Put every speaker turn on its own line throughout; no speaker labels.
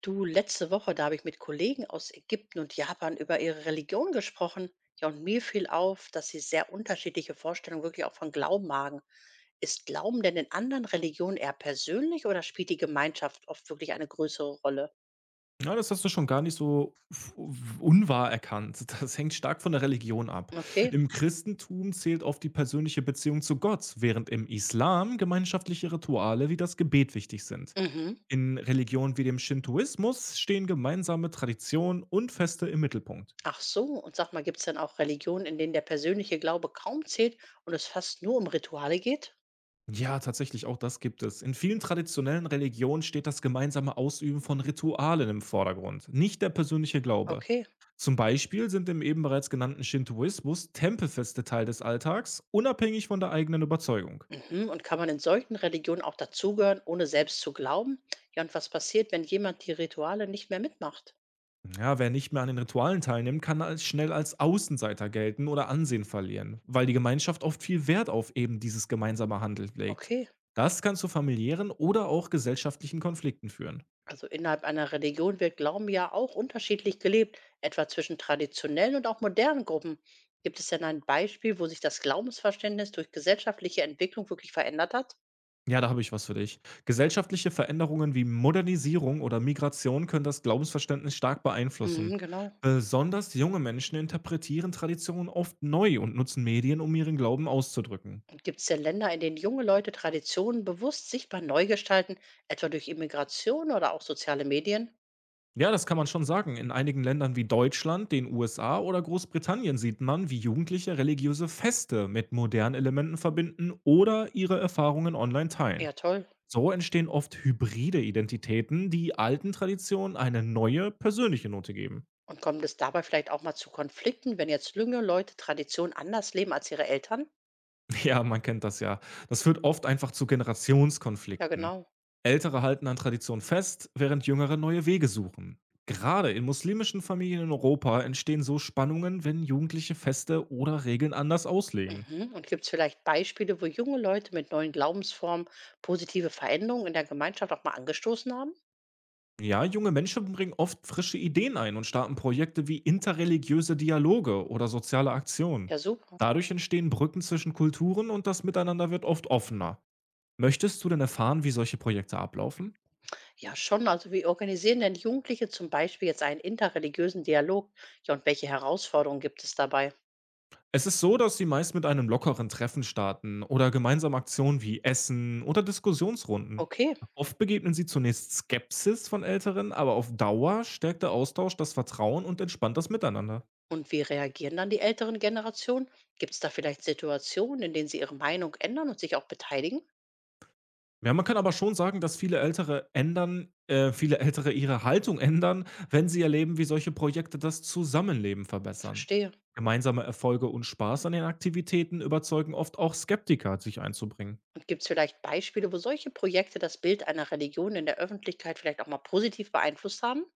Du, letzte Woche, da habe ich mit Kollegen aus Ägypten und Japan über ihre Religion gesprochen. Ja, und mir fiel auf, dass sie sehr unterschiedliche Vorstellungen wirklich auch von Glauben haben. Ist Glauben denn in anderen Religionen eher persönlich oder spielt die Gemeinschaft oft wirklich eine größere Rolle?
Ja, das hast du schon gar nicht so f unwahr erkannt. Das hängt stark von der Religion ab.
Okay.
Im Christentum zählt oft die persönliche Beziehung zu Gott, während im Islam gemeinschaftliche Rituale wie das Gebet wichtig sind.
Mhm.
In Religionen wie dem Shintoismus stehen gemeinsame Traditionen und Feste im Mittelpunkt.
Ach so, und sag mal, gibt es dann auch Religionen, in denen der persönliche Glaube kaum zählt und es fast nur um Rituale geht?
Ja, tatsächlich, auch das gibt es. In vielen traditionellen Religionen steht das gemeinsame Ausüben von Ritualen im Vordergrund, nicht der persönliche Glaube.
Okay.
Zum Beispiel sind im eben bereits genannten Shintoismus Tempelfeste Teil des Alltags, unabhängig von der eigenen Überzeugung.
Mhm. Und kann man in solchen Religionen auch dazugehören, ohne selbst zu glauben? Ja, und was passiert, wenn jemand die Rituale nicht mehr mitmacht?
Ja, wer nicht mehr an den Ritualen teilnimmt, kann als schnell als Außenseiter gelten oder Ansehen verlieren, weil die Gemeinschaft oft viel Wert auf eben dieses gemeinsame Handeln legt.
Okay.
Das kann zu familiären oder auch gesellschaftlichen Konflikten führen.
Also innerhalb einer Religion wird Glauben ja auch unterschiedlich gelebt, etwa zwischen traditionellen und auch modernen Gruppen. Gibt es denn ein Beispiel, wo sich das Glaubensverständnis durch gesellschaftliche Entwicklung wirklich verändert hat?
Ja, da habe ich was für dich. Gesellschaftliche Veränderungen wie Modernisierung oder Migration können das Glaubensverständnis stark beeinflussen.
Mhm, genau.
Besonders junge Menschen interpretieren Traditionen oft neu und nutzen Medien, um ihren Glauben auszudrücken.
Und gibt es denn Länder, in denen junge Leute Traditionen bewusst sichtbar neu gestalten, etwa durch Immigration oder auch soziale Medien?
Ja, das kann man schon sagen. In einigen Ländern wie Deutschland, den USA oder Großbritannien sieht man, wie Jugendliche religiöse Feste mit modernen Elementen verbinden oder ihre Erfahrungen online teilen.
Ja, toll.
So entstehen oft hybride Identitäten, die alten Traditionen eine neue persönliche Note geben.
Und kommt es dabei vielleicht auch mal zu Konflikten, wenn jetzt junge Leute Tradition anders leben als ihre Eltern?
Ja, man kennt das ja. Das führt oft einfach zu
Ja,
Generationskonflikten.
genau.
Ältere halten an Tradition fest, während Jüngere neue Wege suchen. Gerade in muslimischen Familien in Europa entstehen so Spannungen, wenn Jugendliche Feste oder Regeln anders auslegen.
Mhm. Und gibt es vielleicht Beispiele, wo junge Leute mit neuen Glaubensformen positive Veränderungen in der Gemeinschaft auch mal angestoßen haben?
Ja, junge Menschen bringen oft frische Ideen ein und starten Projekte wie interreligiöse Dialoge oder soziale Aktionen.
Ja, super.
Dadurch entstehen Brücken zwischen Kulturen und das Miteinander wird oft offener. Möchtest du denn erfahren, wie solche Projekte ablaufen?
Ja, schon. Also wie organisieren denn Jugendliche zum Beispiel jetzt einen interreligiösen Dialog? Ja, und welche Herausforderungen gibt es dabei?
Es ist so, dass sie meist mit einem lockeren Treffen starten oder gemeinsam Aktionen wie Essen oder Diskussionsrunden.
Okay.
Oft begegnen sie zunächst Skepsis von Älteren, aber auf Dauer stärkt der Austausch das Vertrauen und entspannt das Miteinander.
Und wie reagieren dann die älteren Generationen? Gibt es da vielleicht Situationen, in denen sie ihre Meinung ändern und sich auch beteiligen?
Ja, man kann aber schon sagen, dass viele Ältere ihre Haltung ändern, wenn sie erleben, wie solche Projekte das Zusammenleben verbessern.
Verstehe.
Gemeinsame Erfolge und Spaß an den Aktivitäten überzeugen oft auch Skeptiker, sich einzubringen.
Und gibt es vielleicht Beispiele, wo solche Projekte das Bild einer Religion in der Öffentlichkeit vielleicht auch mal positiv beeinflusst haben?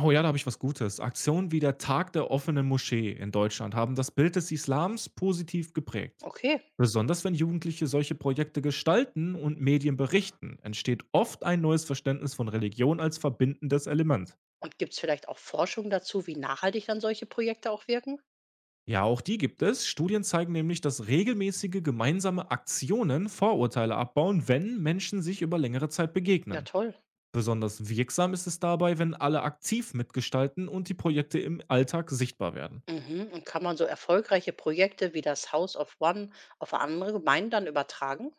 Oh ja, da habe ich was Gutes. Aktionen wie der Tag der offenen Moschee in Deutschland haben das Bild des Islams positiv geprägt.
Okay.
Besonders wenn Jugendliche solche Projekte gestalten und Medien berichten, entsteht oft ein neues Verständnis von Religion als verbindendes Element.
Und gibt es vielleicht auch Forschung dazu, wie nachhaltig dann solche Projekte auch wirken?
Ja, auch die gibt es. Studien zeigen nämlich, dass regelmäßige gemeinsame Aktionen Vorurteile abbauen, wenn Menschen sich über längere Zeit
Ja,
begegnen.
toll.
Besonders wirksam ist es dabei, wenn alle aktiv mitgestalten und die Projekte im Alltag sichtbar werden.
Mhm. Und kann man so erfolgreiche Projekte wie das House of One auf andere Gemeinden dann übertragen?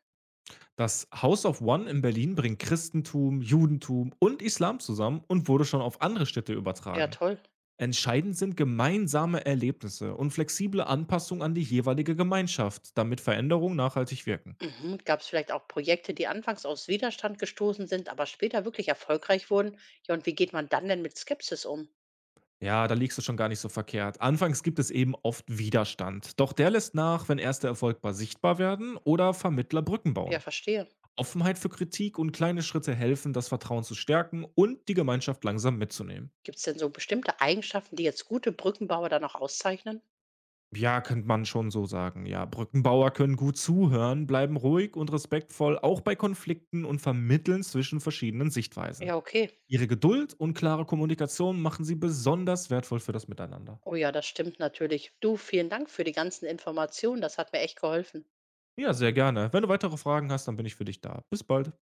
Das House of One in Berlin bringt Christentum, Judentum und Islam zusammen und wurde schon auf andere Städte
Ja,
übertragen.
toll.
Entscheidend sind gemeinsame Erlebnisse und flexible Anpassung an die jeweilige Gemeinschaft, damit Veränderungen nachhaltig wirken.
Mhm. Gab es vielleicht auch Projekte, die anfangs aus Widerstand gestoßen sind, aber später wirklich erfolgreich wurden? Ja, und wie geht man dann denn mit Skepsis um?
Ja, da liegst du schon gar nicht so verkehrt. Anfangs gibt es eben oft Widerstand, doch der lässt nach, wenn erste Erfolgbar sichtbar werden oder Vermittler Brücken
Ja,
bauen.
verstehe.
Offenheit für Kritik und kleine Schritte helfen, das Vertrauen zu stärken und die Gemeinschaft langsam mitzunehmen.
Gibt es denn so bestimmte Eigenschaften, die jetzt gute Brückenbauer dann auch auszeichnen?
Ja, könnte man schon so sagen. Ja, Brückenbauer können gut zuhören, bleiben ruhig und respektvoll, auch bei Konflikten und vermitteln zwischen verschiedenen Sichtweisen.
Ja, okay.
Ihre Geduld und klare Kommunikation machen sie besonders wertvoll für das Miteinander.
Oh ja, das stimmt natürlich. Du, vielen Dank für die ganzen Informationen. Das hat mir echt geholfen.
Ja, sehr gerne. Wenn du weitere Fragen hast, dann bin ich für dich da. Bis bald.